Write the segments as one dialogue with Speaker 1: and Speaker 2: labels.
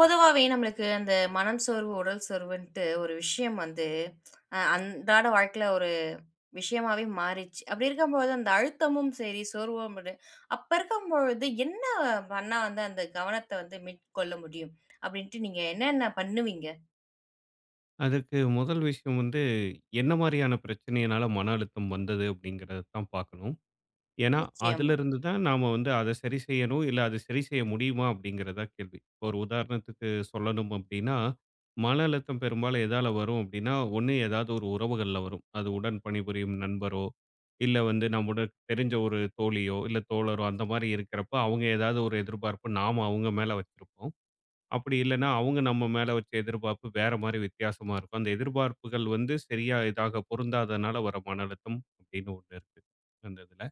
Speaker 1: பொதுவாவே நம்மளுக்கு அந்த மனம் சோர்வு, உடல் சோர்வுன்ட்டு ஒரு விஷயம் வந்து அன்றாட வாழ்க்கையில ஒரு விஷயமாவே மாறிச்சு. அப்படி இருக்கும்போது அந்த அழுத்தமும் சரி, சோர்வும் விட அப்ப இருக்கும்பொழுது என்ன பண்ணா வந்து அந்த கவனத்த வந்து மீட்கொள்ள முடியும்? அப்படின்ட்டு நீங்க என்னென்ன பண்ணுவீங்க?
Speaker 2: அதற்கு முதல் விஷயம் வந்து, என்ன மாரியான பிரச்சனையினால மன அழுத்தம் வந்தது அப்படிங்கிறத தான் பார்க்கணும். ஏன்னா,
Speaker 1: நிச்சயமா,
Speaker 2: அதிலிருந்து தான் நாம வந்து அத சரி செய்யணும். இல்ல அது சரி செய்ய முடியுமா அப்படிங்கிறது தான் கேள்வி. இப்போ ஒரு உதாரணத்துக்கு சொல்லணும் அப்படின்னா, மன அழுத்தம் பெரும்பாலும் எதால வரும் அப்படின்னா, ஒண்ணு ஏதாவது ஒரு உறவுகள்ல வரும். அது உடன் பணிபுரியும் நண்பரோ, இல்ல வந்து நம்முடன் தெரிஞ்ச ஒரு தோழியோ, இல்ல தோழரோ அந்த மாரி இருக்கிறப்ப, அவங்க ஏதாவது ஒரு எதிர்பார்ப்பு நாம அவங்க மேல வச்சிருப்போம். அப்படி இல்லைன்னா அவங்க நம்ம மேல வச்ச எதிர்பார்ப்பு வேற மாதிரி வித்தியாசமா இருக்கும். அந்த எதிர்பார்ப்புகள் வந்து சரியா இதாக பொருந்தாதனால வர மன அழுத்தம் அப்படின்னு ஒண்ணு இருக்கு. அந்த இதுல.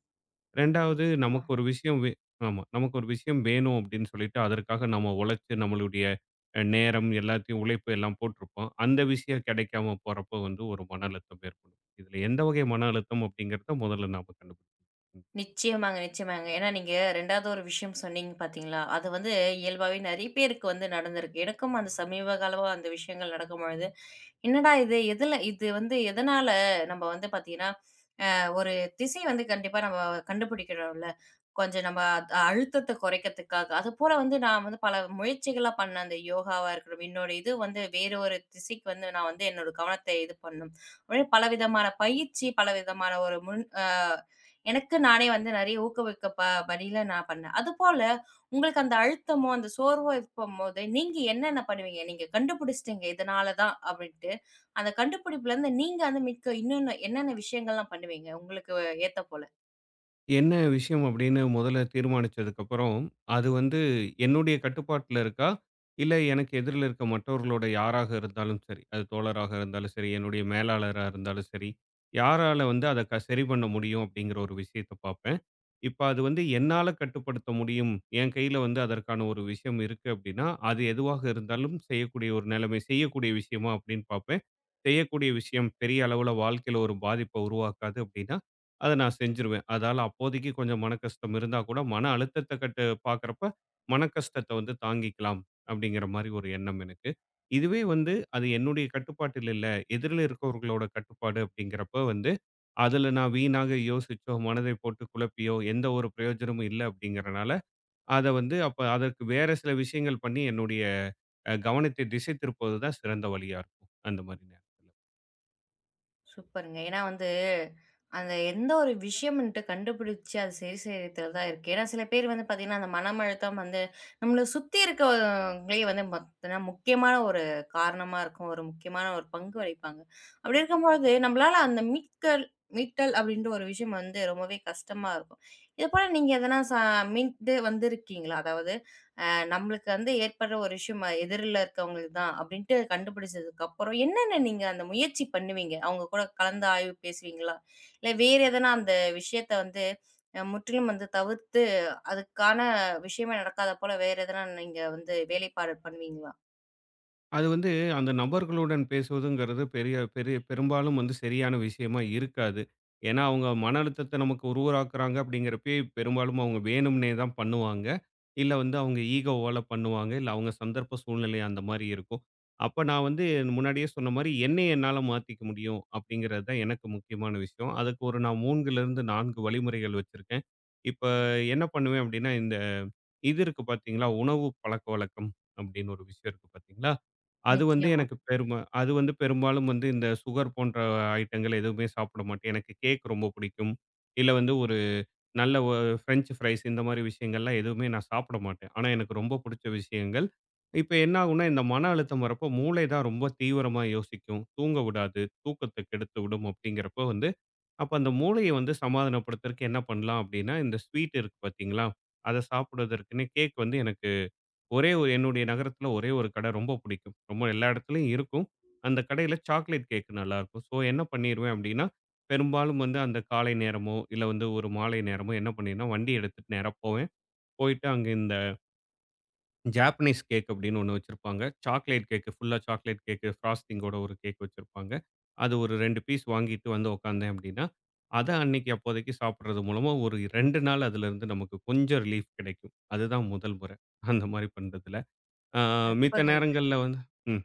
Speaker 2: 2வது
Speaker 1: நிச்சயமா.
Speaker 2: நமக்கு ஒரு விஷயம் ஆமா. நமக்கு ஒரு விஷயம் வேணும் அப்படின்னு சொல்லிட்டு அதற்காக நம்ம உழைச்சு நம்மளுடைய நேரம் எல்லாத்தையும் உழைப்பு எல்லாம் போட்டிருப்போம். அந்த விஷயம் கிடைக்காம போறப்போ வந்து ஒரு மன அழுத்தம் ஏற்படும். இதுல எந்த வகை மன அழுத்தம் அப்படிங்கிறத முதல்ல நாம கண்டுபிடிக்கணும்.
Speaker 1: நிச்சயமாங்க, நிச்சயமாங்க. ஏன்னா நீங்க 2வது ஒரு விஷயம் சொன்னீங்க பார்த்தீங்களா? அது வந்து இயல்பாவே நெறைய பேருக்கு வந்து நடந்திருக்கு. எனக்கும் அந்த சமீப காலமா அந்த விஷயங்கள் நடக்கும்பொழுது என்னடா இது? எதுல இது வந்து எதனால நம்ம வந்து பார்த்தீங்கன்னா, ஒரு திசை வந்து கண்டிப்பா நம்ம கண்டுபிடிக்கிறோம்ல. கொஞ்சம் நம்ம அழுத்தத்த குறைக்கிறதுக்காக. அதுபோல வந்து நான் வந்து பல முயற்சிகளா பண்ணேன். அந்த யோகாவா இருக்கட்டும், என்னோட இது வந்து வேற ஒரு திசைக்கு வந்து நான் வந்து என்னோட கவனத்த இது பண்ணும். உடனே பலவிதமான பயிற்சி, பலவிதமான ஒரு முன் எனக்கு நானே வந்து நெறைய ஊக்குவிக்க படியில நான் பண்ணேன். அதுபோல உங்களுக்கு அந்த அழுத்தமோ, அந்த சோர்வோ இருக்கும்போது, நீங்க என்னென்ன பண்ணுவீங்க? நீங்க கண்டுபிடிச்சிட்டீங்க இதனால தான் அப்டின்ட்டு. அந்த கண்டுபிடிப்புலருந்து நீங்க அந்த மிக்க இன்னொன்னு என்னென்ன விஷயங்கள்லாம் பண்ணுவீங்க? உங்களுக்கு ஏத்த போல?
Speaker 2: என்ன விஷயம் அப்படின்னு முதல்ல தீர்மானிச்சதுக்கப்புறம், அது வந்து என்னுடைய கட்டுப்பாட்டுல இருக்கா? இல்ல எனக்கு எதிர்ல இருக்க மற்றவர்களோட யாராக இருந்தாலும் சரி, அது தோழராக இருந்தாலும் சரி, என்னுடைய மேலாளரா இருந்தாலும் சரி, யாரால வந்து அத சரி பண்ண முடியும் அப்படிங்கிற ஒரு விஷயத்த பார்ப்பேன். இப்ப அது வந்து என்னால கட்டுப்படுத்த முடியும். என் கையில வந்து அதற்கான ஒரு விஷயம் இருக்கு அப்படின்னா, அது எதுவாக இருந்தாலும் செய்யக்கூடிய ஒரு நிலைமை, செய்யக்கூடிய விஷயமா அப்படின்னு பார்ப்பேன். செய்யக்கூடிய விஷயம் பெரிய அளவுல வாழ்க்கையில ஒரு பாதிப்ப உருவாக்காது அப்படின்னா அத நான் செஞ்சுருவேன். அதால அப்போதைக்கு கொஞ்சம் மனக்கஷ்டம் இருந்தா கூட, மன அழுத்தத்த கட்டு பார்க்கிறப்ப, மனக்கஷ்டத்த வந்து தாங்கிக்கலாம் அப்படிங்கிற மாரி ஒரு எண்ணம் எனக்கு. இதுவே வந்து அது என்னுடைய கட்டுப்பாட்டில் இல்ல. எதிரில இருக்கவர்களோட கட்டுப்பாடு அப்படிங்கிறப்ப வந்து, அதுல நான் வீணாக யோசிச்சோ, மனதை போட்டு குழப்பியோ, எந்த ஒரு பிரயோஜனமும் இல்ல அப்படிங்கிறனால, அத வந்து அப்ப அதற்கு வேற சில விஷயங்கள் பண்ணி என்னுடைய கவனத்தை திசை திருப்புவது தான் சிறந்த வழியா இருக்கும். அந்த மாரி நேரத்துல.
Speaker 1: சூப்பருங்க. ஏன்னா வந்து, அந்த எந்த ஒரு விஷயம்ன்ட்டு கண்டுபிடிச்சு அத சரி செய்றதுல தான் இருக்கு. ஏன்னா சில பேர் வந்து பார்த்தீங்கன்னா, அந்த மனம் அழுத்தம் வந்து நம்மள சுத்தி இருக்கவங்களே வந்து பார்த்தீங்கன்னா, முக்கியமான ஒரு காரணமா இருக்கும். ஒரு முக்கியமான ஒரு பங்கு வகிப்பாங்க. அப்படி இருக்கும்பொழுது, நம்மளால அந்த மீட்டல் அப்படின்ற ஒரு விஷயம் வந்து ரொம்பவே கஷ்டமா இருக்கும். இது போல நீங்க எதனா மீண்டு வந்திருக்கீங்களா? அதாவது அ நம்மளுக்கு வந்து ஏற்படுற ஒரு விஷயம் எதிரில இருக்கவங்களுக்கு தான் அப்படின்ட்டு கண்டுபிடிச்சதுக்கு அப்புறம் என்னென்ன நீங்க அந்த முயற்சி பண்ணுவீங்க? அவங்க கூட கலந்து ஆய்வு பேசுவீங்களா? இல்ல வேற எதனா அந்த விஷயத்த வந்து முற்றிலும் வந்து தவிர்த்து அதுக்கான விஷயமே நடக்காத போல வேற எதனா நீங்க வந்து வேலைப்பாடு பண்ணுவீங்களா?
Speaker 2: அது வந்து அந்த நபர்களுடன் பேசுவதுங்கிறது பெரிய பெரிய பெரும்பாலும் வந்து சரியான விஷயமா இருக்காது. ஏன்னா, அவங்க மன அழுத்தத்த நமக்கு உருவாக்குறாங்க அப்படிங்கிறப்பயே பெரும்பாலும் அவங்க வேணும்னே தான் பண்ணுவாங்க. இல்ல வந்து அவங்க ஈகோவால பண்ணுவாங்க. இல்ல அவங்க சந்தர்ப்ப சூழ்நிலை அந்த மாரி இருக்கும். அப்ப நான் வந்து முன்னாடியே சொன்ன மாரி என்னைய என்னால மாத்திக்க முடியும் அப்படிங்கிறது தான் எனக்கு முக்கியமான விஷயம். அதுக்கு ஒரு நான் 3லிருந்து 4 வழிமுறைகள் வச்சிருக்கேன். இப்ப என்ன பண்ணுவேன் அப்படின்னா, இந்த இது இருக்கு பார்த்தீங்களா, உணவு பழக்கவழக்கம் அப்படின்னு ஒரு விஷயம் இருக்கு பார்த்தீங்களா? அது வந்து
Speaker 1: நிச்சயமா.
Speaker 2: எனக்கு அது வந்து பெரும்பாலும் வந்து இந்த சுகர் போன்ற ஐட்டங்கள் எதுவுமே சாப்பிட மாட்டேன். எனக்கு கேக் ரொம்ப பிடிக்கும். இல்ல வந்து ஒரு நல்ல ஃப்ரெஞ்ச் ஃப்ரைஸ் இந்த மாரி விஷயங்கள்லாம் எதுவுமே நான் சாப்பிட மாட்டேன். ஆனா எனக்கு ரொம்ப பிடிச்ச விஷயங்கள். இப்ப என்ன ஆகும்னா, இந்த மன அழுத்தம் வரப்போ மூளை தான் ரொம்ப தீவிரமா யோசிக்கும். தூங்க விடாது. தூக்கத்த கெடுத்து விடும் அப்படிங்கிறப்போ வந்து, அப்ப அந்த மூளைய வந்து சமாதானப்படுத்துறதுக்கு என்ன பண்ணலாம் அப்படின்னா, இந்த ஸ்வீட் இருக்கு பார்த்தீங்களா? அத சாப்பிடுவதற்குன்னே கேக் வந்து எனக்கு ஒரே ஒரு என்னுடைய நகரத்துல ஒரே ஒரு கடை ரொம்ப பிடிக்கும். ரொம்ப எல்லா இடத்துலயும் இருக்கும். அந்த கடையில சாக்லேட் கேக் நல்லாருக்கும். ஸோ என்ன பண்ணிருவேன் அப்டின்னா, பெரும்பாலும் வந்து அந்த காலை நேரமோ, இல்ல வந்து ஒரு மாலை நேரமோ என்ன பண்ணிருவேன்னா, வண்டி எடுத்துட்டு நேரா போவேன். போயிட்டு அங்க இந்த ஜாப்பனீஸ் கேக் அப்டின்னு ஒண்ணு வச்சிருப்பாங்க. சாக்லேட் கேக் ஃபுல்லா சாக்லேட் கேக் ஃப்ராஸ்டிங்கோட ஒரு கேக் வச்சிருப்பாங்க. அது ஒரு 2 பீஸ் வாங்கிட்டு வந்து உட்காந்தேன் அப்டின்னா, அத அன்னைக்கு அப்போதைக்கு சாப்பிடுறது மூலமா ஒரு 2 நாள் அதுலருந்து நமக்கு கொஞ்சம் ரிலீஃப் கிடைக்கும். அதுதான் முதல் முறை. அந்த மாரி பண்றதுல. ஆ மித்த
Speaker 1: அற்புதங்க.
Speaker 2: நேரங்கள்ல வந்து ம்.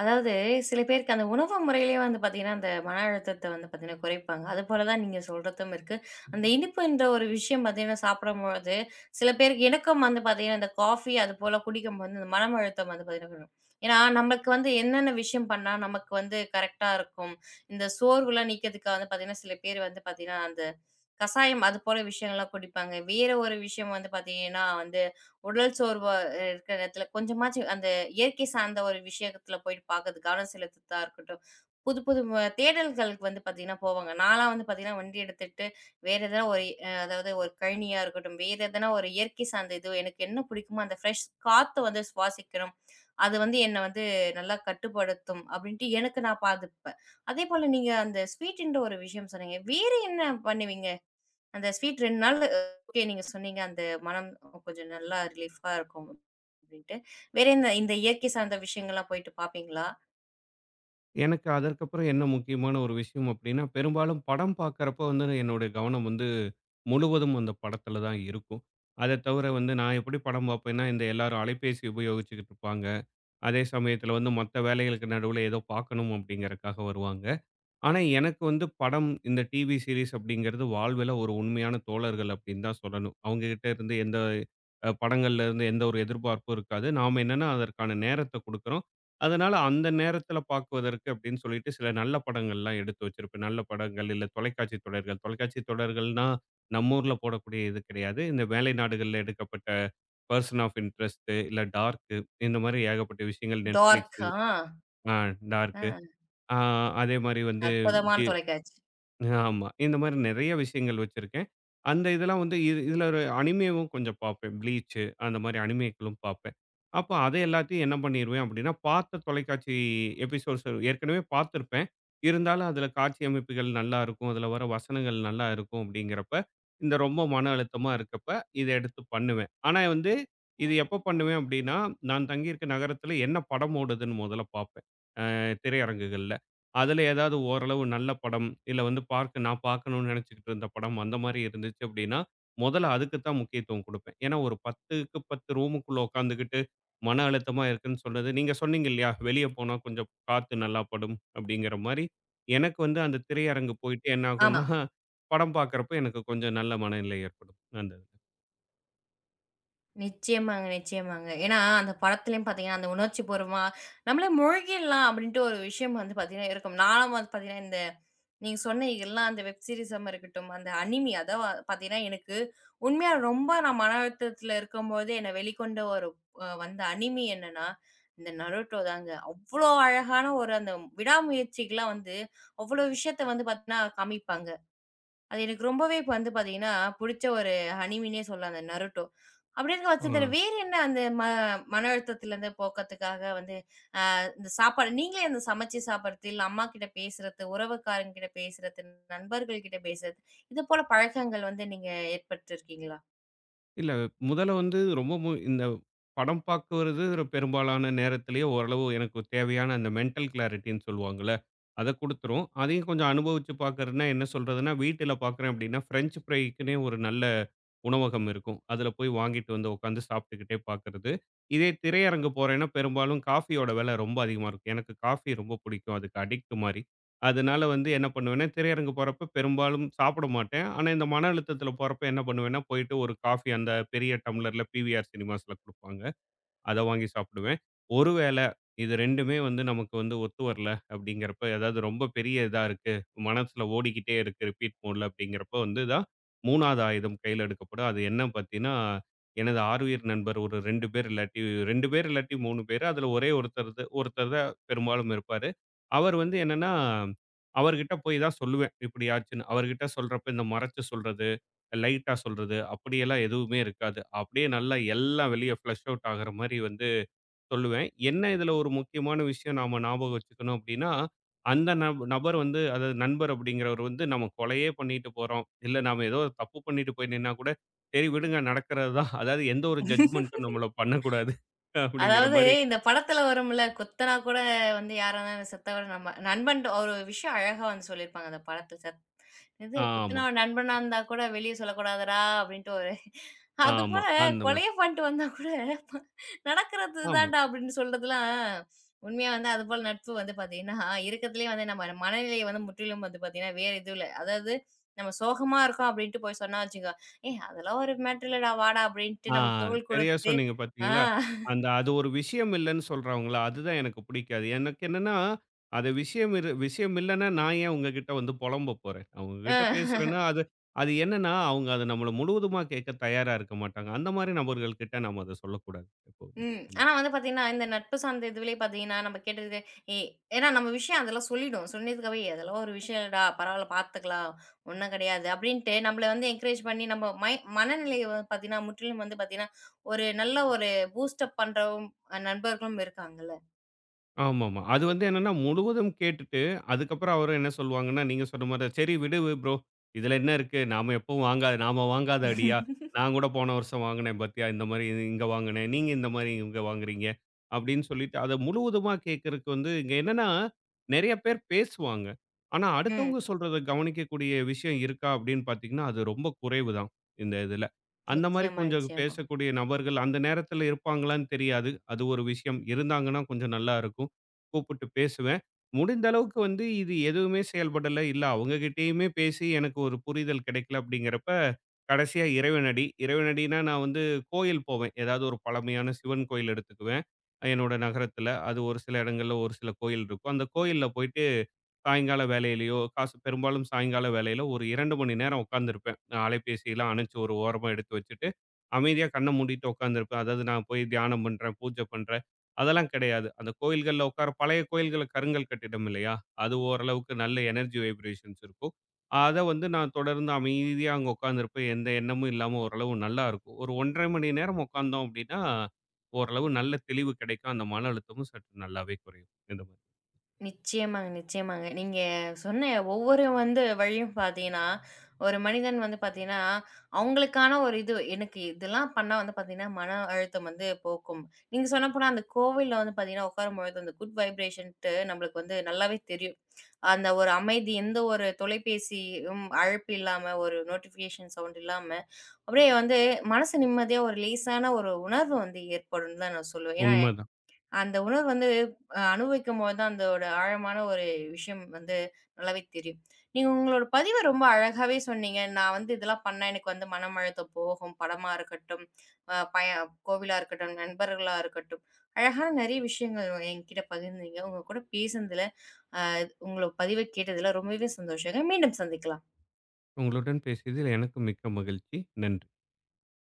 Speaker 1: அதாவது சில பேருக்கு அந்த உணவு முறையிலேயே வந்து பார்த்தீங்கன்னா, அந்த மன அழுத்தத்த வந்து பார்த்தீங்கன்னா குறைப்பாங்க. அதுபோல தான் நீங்க சொல்றதும் இருக்கு. அந்த இனிப்புன்ற ஒரு விஷயம் பார்த்தீங்கன்னா சாப்பிடும்பொழுது, சில பேருக்கு எனக்கும் வந்து பார்த்தீங்கன்னா, இந்த காஃபி அதுபோல குடிக்கும்போது இந்த மனம் அழுத்தம் வந்து பார்த்தீங்கன்னா வரும். ஏன்னா நமக்கு வந்து என்னென்ன விஷயம் பண்ணா நமக்கு வந்து கரெக்ட்டா இருக்கும். இந்த சோர்வுலாம் நீக்கிறதுக்காக வந்து பார்த்தீங்கன்னா, சில பேர் வந்து பார்த்தீங்கன்னா, அந்த கசாயம் அதுபோல விஷயங்கள்லாம் குடிப்பாங்க. வேற ஒரு விஷயம் வந்து பார்த்தீங்கன்னா வந்து, உடல் சோர்வா இருக்கிற இடத்துல கொஞ்சமாச்சும் அந்த இயற்கை சார்ந்த ஒரு விஷயத்துல போயிட்டு பார்க்கறது கவனம் செலுத்துறதா இருக்கட்டும். புது புது தேடல்களுக்கு வந்து பார்த்தீங்கன்னா போவாங்க. நான்லாம் வந்து பார்த்தீங்கன்னா வண்டி எடுத்துட்டு வேற எதனா ஒரு அதாவது ஒரு கழனியா இருக்கட்டும், வேற எதனா ஒரு இயற்கை சார்ந்த இது எனக்கு என்ன பிடிக்குமோ அந்த ஃப்ரெஷ் காத்த வந்து சுவாசிக்கணும். அது வந்து என்ன வந்து நல்லா கட்டுப்படுத்தும் அப்டின்ட்டு எனக்கு நான் பாத்துப்பேன். அதேபோல நீங்க அந்த ஸ்வீட்ன்ற ஒரு விஷயம் சொன்னீங்க. வேற என்ன பண்ணுவீங்க? அந்த ஸ்வீட் 2 நாள் ஓகே நீங்க சொன்னீங்க அந்த மனம் கொஞ்சம் நல்லா ரிலீஃபா இருக்கும் அப்படின்ட்டு. வேற இந்த இந்த இயற்கை சார்ந்த விஷயங்கள்லாம் போயிட்டு பார்ப்பீங்களா?
Speaker 2: எனக்கு அதற்கப்புறம் என்ன முக்கியமான ஒரு விஷயம் அப்டின்னா, பெரும்பாலும் படம் பார்க்கறப்ப வந்து என்னுடைய கவனம் வந்து முழுவதும் அந்த படத்துல தான் இருக்கும். அத தவிர வந்து நான் எப்படி படம் பார்ப்பேன்னா, இந்த எல்லாரும் அலைபேசி உபயோகிச்சுக்கிட்டு இருப்பாங்க. அதே சமயத்துல வந்து மத்த வேலைகளுக்கு நடுவுல ஏதோ பார்க்கணும் அப்டிங்கறக்காக வருவாங்க. ஆனா, எனக்கு வந்து படம், இந்த டிவி சீரிஸ் அப்படிங்கிறது வாழ்வில ஒரு உண்மையான தோழர்கள் அப்படின்னு தான் சொல்லணும். அவங்ககிட்ட இருந்து எந்த படங்கள்ல இருந்து எந்த ஒரு எதிர்பார்ப்பும் இருக்காது. நாம என்னன்னா அதற்கான நேரத்த குடுக்குறோம். அதனால அந்த நேரத்தில பார்க்குவதற்கு அப்படின்னு சொல்லிட்டு சில நல்ல படங்கள்லாம் எடுத்து வச்சிருப்பேன். நல்ல படங்கள் இல்ல தொலைக்காட்சி தொடர்கள். தொலைக்காட்சி தொடர்கள்னா நம்ம ஊர்ல போடக்கூடிய இது கிடையாது. இந்த மேலை நாடுகள்ல எடுக்கப்பட்ட பர்சன் ஆஃப் இன்ட்ரெஸ்ட் இல்ல டார்க் இந்த மாரி ஏகப்பட்ட விஷயங்கள் Netflix,
Speaker 1: டார்க். ஆ.
Speaker 2: ஆ டார்க்.
Speaker 1: அ
Speaker 2: ஆ அதே மாரி வந்து
Speaker 1: அற்புதமான தொலைக்காட்சி.
Speaker 2: ஆமா. இந்த மாரி நெறைய விஷயங்கள் வச்சிருக்கேன். அந்த இதெல்லாம் வந்து இது இதுல ஒரு அனிமேவும் கொஞ்சம் பார்ப்பேன். ப்ளீச்சு அந்த மாரி அனிமேக்களும் பார்ப்பேன். அப்ப அத எல்லாத்தையும் என்ன பண்ணிருவேன் அப்டின்னா, பார்த்த தொலைக்காட்சி எபிசோட்ஸ் ஏற்கனவே பார்த்துருப்பேன். இருந்தாலும் அதுல காட்சி அமைப்புகள் நல்லா இருக்கும். அதுல வர வசனங்கள் நல்லா இருக்கும் அப்டிங்கிறப்ப, இந்த ரொம்ப மன அழுத்தமா இருக்கப்ப இத எடுத்து பண்ணுவேன். ஆனா வந்து இது எப்ப பண்ணுவேன் அப்டின்னா, நான் தங்கியிருக்க நகரத்துல என்ன படம் ஓடுதுன்னு மொதல்ல பார்ப்பேன். திரையரங்குகள்ல. அதுல ஏதாவது ஓரளவு நல்ல படம், இல்ல வந்து பார்க்க நான் பார்க்கணும்னு நெனச்சுக்கிட்டு இருந்த படம், அந்த மாரி இருந்துச்சு அப்டின்னா, மொதல்ல அதுக்கு தான் முக்கியத்துவம் குடுப்பேன். ஏன்னா, ஒரு 10க்கு 10 ரூமுக்குள்ள உட்காந்துக்கிட்டு மன அழுத்தமா இருக்குன்னு சொன்னது நீங்க சொன்னீங்க இல்லையா? வெளிய போனா கொஞ்சம் காத்து நல்லா படும் அப்டிங்கிற மாரி, எனக்கு வந்து அந்த திரையரங்கு போயிட்டு என்ன
Speaker 1: ஆமா.
Speaker 2: ஆகும்னா, படம் பார்க்கறப்ப எனக்கு கொஞ்சம் நல்ல மனநிலை ஏற்படும். அந்த இதுல.
Speaker 1: நிச்சயமாங்க, நிச்சயமாங்க. ஏன்னா, அந்த படத்துலயும் பார்த்தீங்கன்னா, அந்த உணர்ச்சி பூர்வமா நம்மளே மூழ்கிடலாம் அப்படின்ட்டு ஒரு விஷயம் வந்து பார்த்தீங்கன்னா இருக்கும். நானும் வந்து பார்த்தீங்கன்னா, இந்த நீங்க சொன்ன எல்லா அந்த வெப் சீரிஸாவும் இருக்கட்டும், அந்த அனிமி அதான் பார்த்தீங்கன்னா, எனக்கு உண்மையா ரொம்ப நான் மன அழுத்தத்தில இருக்கும்போது என்ன வெளிக்கொண்ட ஒரு வந்த அனிமி என்னன்னா, இந்த நருட்டோ தாங்க. அவ்ளோ அழகான ஒரு அந்த விடாமுயற்சிக்குலாம் வந்து, அவ்ளோ விஷயத்த வந்து பார்த்தீங்கன்னா, காமிப்பாங்க. அது எனக்கு ரொம்பவே இப்ப வந்து பாத்தீங்கன்னா, புடிச்ச ஒரு அனிமின்னே சொல்லலாம் அந்த நருட்டோ. அப்படி இருக்க
Speaker 2: ஆ.
Speaker 1: பட்சத்துல வேற என்ன அந்த மன அழுத்தத்திலருந்து போக்கத்துக்காக வந்து இந்த சாப்பாடு நீங்களே அந்த சமைச்சு சாப்பிடுறது, இல்ல அம்மா கிட்ட பேசுறது, உறவுக்காரங்க கிட்ட பேசுறது, நண்பர்கள் கிட்ட பேசுறது, இது போல பழக்கங்கள் வந்து நீங்க ஏற்பட்டிருக்கீங்களா?
Speaker 2: இல்ல. முதல்ல வந்து ரொம்ப இந்த படம் பாக்குறது பெரும்பாலான நேரத்திலேயே ஓரளவு எனக்கு தேவையான அந்த மென்டல் கிளாரிட்டின்னு சொல்லுவாங்கல்ல, அத குடுத்துரும். அதையும் கொஞ்சம் அனுபவிச்சு பாக்குறதுன்னா என்ன சொல்றதுன்னா, வீட்டில பாக்குறேன் அப்டின்னா பிரெஞ்ச் ஃப்ரைக்குன்னே ஒரு நல்ல உணவகம் இருக்கும். அதுல போய் வாங்கிட்டு வந்து உட்காந்து சாப்பிட்டுக்கிட்டே பாக்குறது. இதே திரையரங்கு போறேன்னா பெரும்பாலும் காஃபியோட விலை ரொம்ப அதிகமா இருக்கும். எனக்கு காஃபி ரொம்ப பிடிக்கும். அதுக்கு அடிக்ட் மாரி. அதனால வந்து என்ன பண்ணுவேன்னா, திரையரங்கு போறப்ப பெரும்பாலும் சாப்பிட மாட்டேன். ஆனா, இந்த மன அழுத்தத்தில போறப்ப என்ன பண்ணுவேன்னா, போயிட்டு ஒரு காஃபி அந்த பெரிய டம்ளர்ல பிவிஆர் சினிமாஸ்ல குடுப்பாங்க. அத வாங்கி சாப்பிடுவேன். ஒருவேள இது 2மே வந்து நமக்கு வந்து ஒத்து வரல அப்படிங்கிறப்ப, ஏதாவது ரொம்ப பெரிய இதா இருக்கு, மனசுல ஓடிக்கிட்டே இருக்கு ரிப்பீட் மோட்ல அப்படிங்கிறப்ப வந்து தான் 3வது ஆயுதம் கையில எடுக்கப்படும். அது என்ன பார்த்தீங்கன்னா, எனது ஆருயிர் நண்பர் ஒரு 2 பேர் இல்லாட்டி 2 பேர் இல்லாட்டி 3 பேரு. அதில ஒரே ஒருத்தர் ஒருத்தர் தான் பெரும்பாலும் இருப்பாரு. அவர் வந்து என்னன்னா, அவர்கிட்ட போய் தான் சொல்லுவேன் இப்படி ஆச்சுன்னு. அவர்கிட்ட சொல்றப்ப இந்த மறைச்சு சொல்றது, லைட்டா சொல்றது அப்படியெல்லாம் எதுவுமே இருக்காது. அப்படியே நல்லா எல்லாம் வெளிய ஃப்ளஷ் அவுட் ஆகுற மாரி வந்து சொல்லுவேன். என்ன இதுல ஒரு முக்கியமான விஷயம் நாம ஞாபகம் வச்சுக்கணும் அப்படின்னா, அந்த நபர் வந்து அதாவது நண்பர் அப்படிங்கிறவர் வந்து நம்ம கொலையே பண்ணிட்டு போறோம். இல்ல நாம ஏதோ ஒரு தப்பு பண்ணிட்டு போய் நின்னா கூட, சரி விடுங்க நடக்கிறது தான். அதாவது எந்த ஒரு ஜட்ஜ்மென்ட்டும் நம்மள பண்ணக்கூடாது அப்படிங்கிற
Speaker 1: அதாவது
Speaker 2: மாரி.
Speaker 1: இந்த படத்துல வரும்ல, "கொத்தனா கூட வந்து யாரா இருந்தாலும் செத்தா கூட நம்ம" நண்பன்ட்ட ஒரு விஷயம் அழகா வந்து சொல்லியிருப்பாங்க அந்த படத்துல. இது
Speaker 2: ஆமா,
Speaker 1: "குத்துனவன் நண்பனா இருந்தா கூட வெளிய சொல்லக்கூடாதுடா" அப்படின்ட்டு ஒரு
Speaker 2: ஆமா.
Speaker 1: அதுபோல
Speaker 2: அந்த மாரி.
Speaker 1: கொலைய பண்ணிட்டு வந்தா கூட ப நடக்கிறது
Speaker 2: ஆமா.
Speaker 1: தான்டா அப்படின்னு சொல்றதெல்லாம் உண்மையா வந்து அதுபோல நட்பு வந்து பார்த்தீங்கன்னா, இருக்கத்துலயே வந்து நம்ம மனநிலைய வந்து முற்றிலும் வந்து பார்த்தீங்கன்னா, வேற இதுல அதாவது நம்ம சோகமா இருக்கோம் அப்படின்ட்டு போய் சொன்னா வச்சுக்கோ, "ஏய் அதெல்லாம் ஒரு மேட்டர் இல்லடா வாடா" அப்படின்ட்டு
Speaker 2: ஆ,
Speaker 1: நம்மளுக்கு தோள்
Speaker 2: சரியா
Speaker 1: கொடுத்து
Speaker 2: சொன்னீங்க
Speaker 1: ஆ.
Speaker 2: பார்த்தீங்களா? அந்த அது ஒரு விஷயம் இல்லன்னு சொல்றாங்கல்ல, அதுதான் எனக்கு பிடிக்காது. எனக்கு என்னன்னா, அது விஷயம் இரு விஷயம் இல்லன்னா, நான் ஏன் உங்க கிட்ட வந்து புலம்ப போறேன்? அவங்க கிட்ட
Speaker 1: அ.
Speaker 2: பேசுறேன்னா, அது அது என்னன்னா, அவங்க அத நம்மள முழுவதுமா கேட்க தயாரா இருக்க மாட்டாங்க. அந்த மாரி நபர்கள்கிட்ட நாம அத சொல்லக்கூடாது எப்பவுமே.
Speaker 1: ம். ஆனா வந்து பார்த்தீங்கன்னா, இந்த நட்பு சார்ந்த இதுவிலேயே பார்த்தீங்கன்னா, நம்ம கேட்டது ஏ ஏன்னா நம்ம விஷயம் அதெல்லாம் சொல்லிடும். சொன்னதுக்காகவே "அதெல்லாம் ஒரு விஷயம் இல்லடா, பரவால்ல பார்த்துக்கலாம். ஒண்ணும் கிடையாது" அப்படின்ட்டு நம்மள வந்து என்கரேஜ் பண்ணி நம்ம மனநிலைய வந்து பார்த்தீங்கன்னா, முற்றிலும் வந்து பார்த்தீங்கன்னா, ஒரு நல்ல ஒரு பூஸ்ட் அப் பண்றவும் நண்பர்களும் இருக்காங்கல்ல.
Speaker 2: ஆமாமா. அது வந்து என்னன்னா முழுவதும் கேட்டுட்டு, அதுக்கப்புறம் அவரும் என்ன சொல்லுவாங்கன்னா, நீங்க சொன்ன மாரி தான், "சரி விடு ப்ரோ. இதுல என்ன இருக்கு? நாம வாங்காத அடியா? நான் கூட போன வருஷம் வாங்குனேன் பாத்தியா? இந்த மாரி இங்க வாங்குனேன். நீங்க இந்த மாரி இங்க வாங்குறீங்க." அப்படின்னு சொல்லிட்டு அத முழுவதுமா கேட்கறக்கு வந்து இங்க என்னன்னா, நெறைய பேர் பேசுவாங்க. ஆனா
Speaker 1: ம்.
Speaker 2: அடுத்தவங்க சொல்றத கவனிக்கக்கூடிய விஷயம் இருக்கா அப்படின்னு பாத்தீங்கன்னா, அது ரொம்ப குறைவு தான் இந்த இதுல. அந்த மாரி
Speaker 1: நிச்சயமா,
Speaker 2: கொஞ்சம்
Speaker 1: நிச்சயமா.
Speaker 2: பேசக்கூடிய நபர்கள் அந்த நேரத்துல இருப்பாங்களான்னு தெரியாது. அது ஒரு விஷயம். இருந்தாங்கன்னா கொஞ்சம் நல்லா இருக்கும். கூப்பிட்டு பேசுவேன். முடிந்த அளவுக்கு வந்து இது எதுவுமே செயல்படல. இல்ல அவங்க கிட்டயுமே பேசி எனக்கு ஒரு புரிதல் கிடைக்கல அப்படிங்கிறப்ப, கடைசியா இறைவனடி. இறைவனடின்னா நான் வந்து கோயில் போவேன். ஏதாவது ஒரு பழமையான சிவன் கோயில் எடுத்துக்குவேன். என்னோட நகரத்தில. அது ஒரு சில இடங்கள்ல ஒரு சில கோயில் இருக்கும். அந்த கோயில்ல போயிட்டு சாயங்கால வேலையிலயோ, காசு பெரும்பாலும் சாயங்கால வேலையில ஒரு 2 மணி நேரம் உட்கார்ந்திருப்பேன். நான் அலைபேசியெல்லாம் அணைச்சு ஒரு ஓரமா எடுத்து வச்சுட்டு, அமைதியா கண்ண மூடிட்டு உட்கார்ந்திருப்பேன். அதாவது நான் போய் தியானம் பண்றேன், பூஜை பண்றேன், அதெல்லாம் கிடையாது. அந்த கோயில்கள்ல உட்கார பழைய கோயில்கள்ல கருங்கல் கட்டிடம் இல்லையா? அது ஓரளவுக்கு நல்ல எனர்ஜி வைப்ரேஷன்ஸ் இருக்கும். அத வந்து நான் தொடர்ந்து அமைதியா அங்க உட்கார்ந்திருப்பேன். எந்த எண்ணமும் இல்லாம ஓரளவு நல்லா இருக்கும். ஒரு 1½ மணி நேரம் உட்கார்ந்தோம் அப்படின்னா, ஓரளவு நல்ல தெளிவு கிடைக்கும். அந்த மன அழுத்தமும் சற்று நல்லாவே குறையும். இந்த மாதிரி.
Speaker 1: நிச்சயமாங்க, நிச்சயமாங்க. நீங்க சொன்ன ஒவ்வொரு வந்து வழியும் பார்த்தீங்கன்னா, ஒரு மனிதன் வந்து பார்த்தீங்கன்னா, அவங்களுக்கான ஒரு இது எனக்கு இதெல்லாம் பண்ணா வந்து பார்த்தீங்கன்னா, மன அழுத்தம் வந்து போக்கும். நீங்க சொல்லப்போனா அந்த கோவில்ல வந்து பார்த்தீங்கன்னா, உட்காரும்பொழுது அந்த குட் வைப்ரேஷன்ட்டு நம்மளுக்கு வந்து நல்லாவே தெரியும். அந்த ஒரு அமைதி எந்த ஒரு தொலைபேசியும் அழைப்பு இல்லாம, ஒரு நோட்டிஃபிகேஷன் சவுண்ட் இல்லாம, அப்படியே வந்து மனசு நிம்மதியா ஒரு லேசான ஒரு உணர்வு வந்து ஏற்படும்னு தான் நான் சொல்லுவேன். ஏன்னா
Speaker 2: உண்ம
Speaker 1: அந்த உணர்வு வந்து அனுபவிக்கும்போது தான் அதோட ஆழமான ஒரு விஷயம் வந்து நல்லாவே தெரியும். நீங்க உங்களோட பதிவ ரொம்ப அழகாவே சொன்னீங்க. நான் வந்து இதெல்லாம் பண்ணா எனக்கு வந்து மனம் அழுத்தம் போகும். படமா இருக்கட்டும், அ பய கோவிலா இருக்கட்டும், நண்பர்களா இருக்கட்டும். அழகான நிறைய விஷயங்கள் என்கிட்ட பகிர்ந்தீங்க. உங்க கூட பேசுனதுல, அ உங்களோட பதிவ கேட்டதுல ரொம்பவே சந்தோஷங்க. மீண்டும் சந்திக்கலாம்.
Speaker 2: உங்களுடன் பேசியதில் எனக்கு மிக்க மகிழ்ச்சி. நன்றி.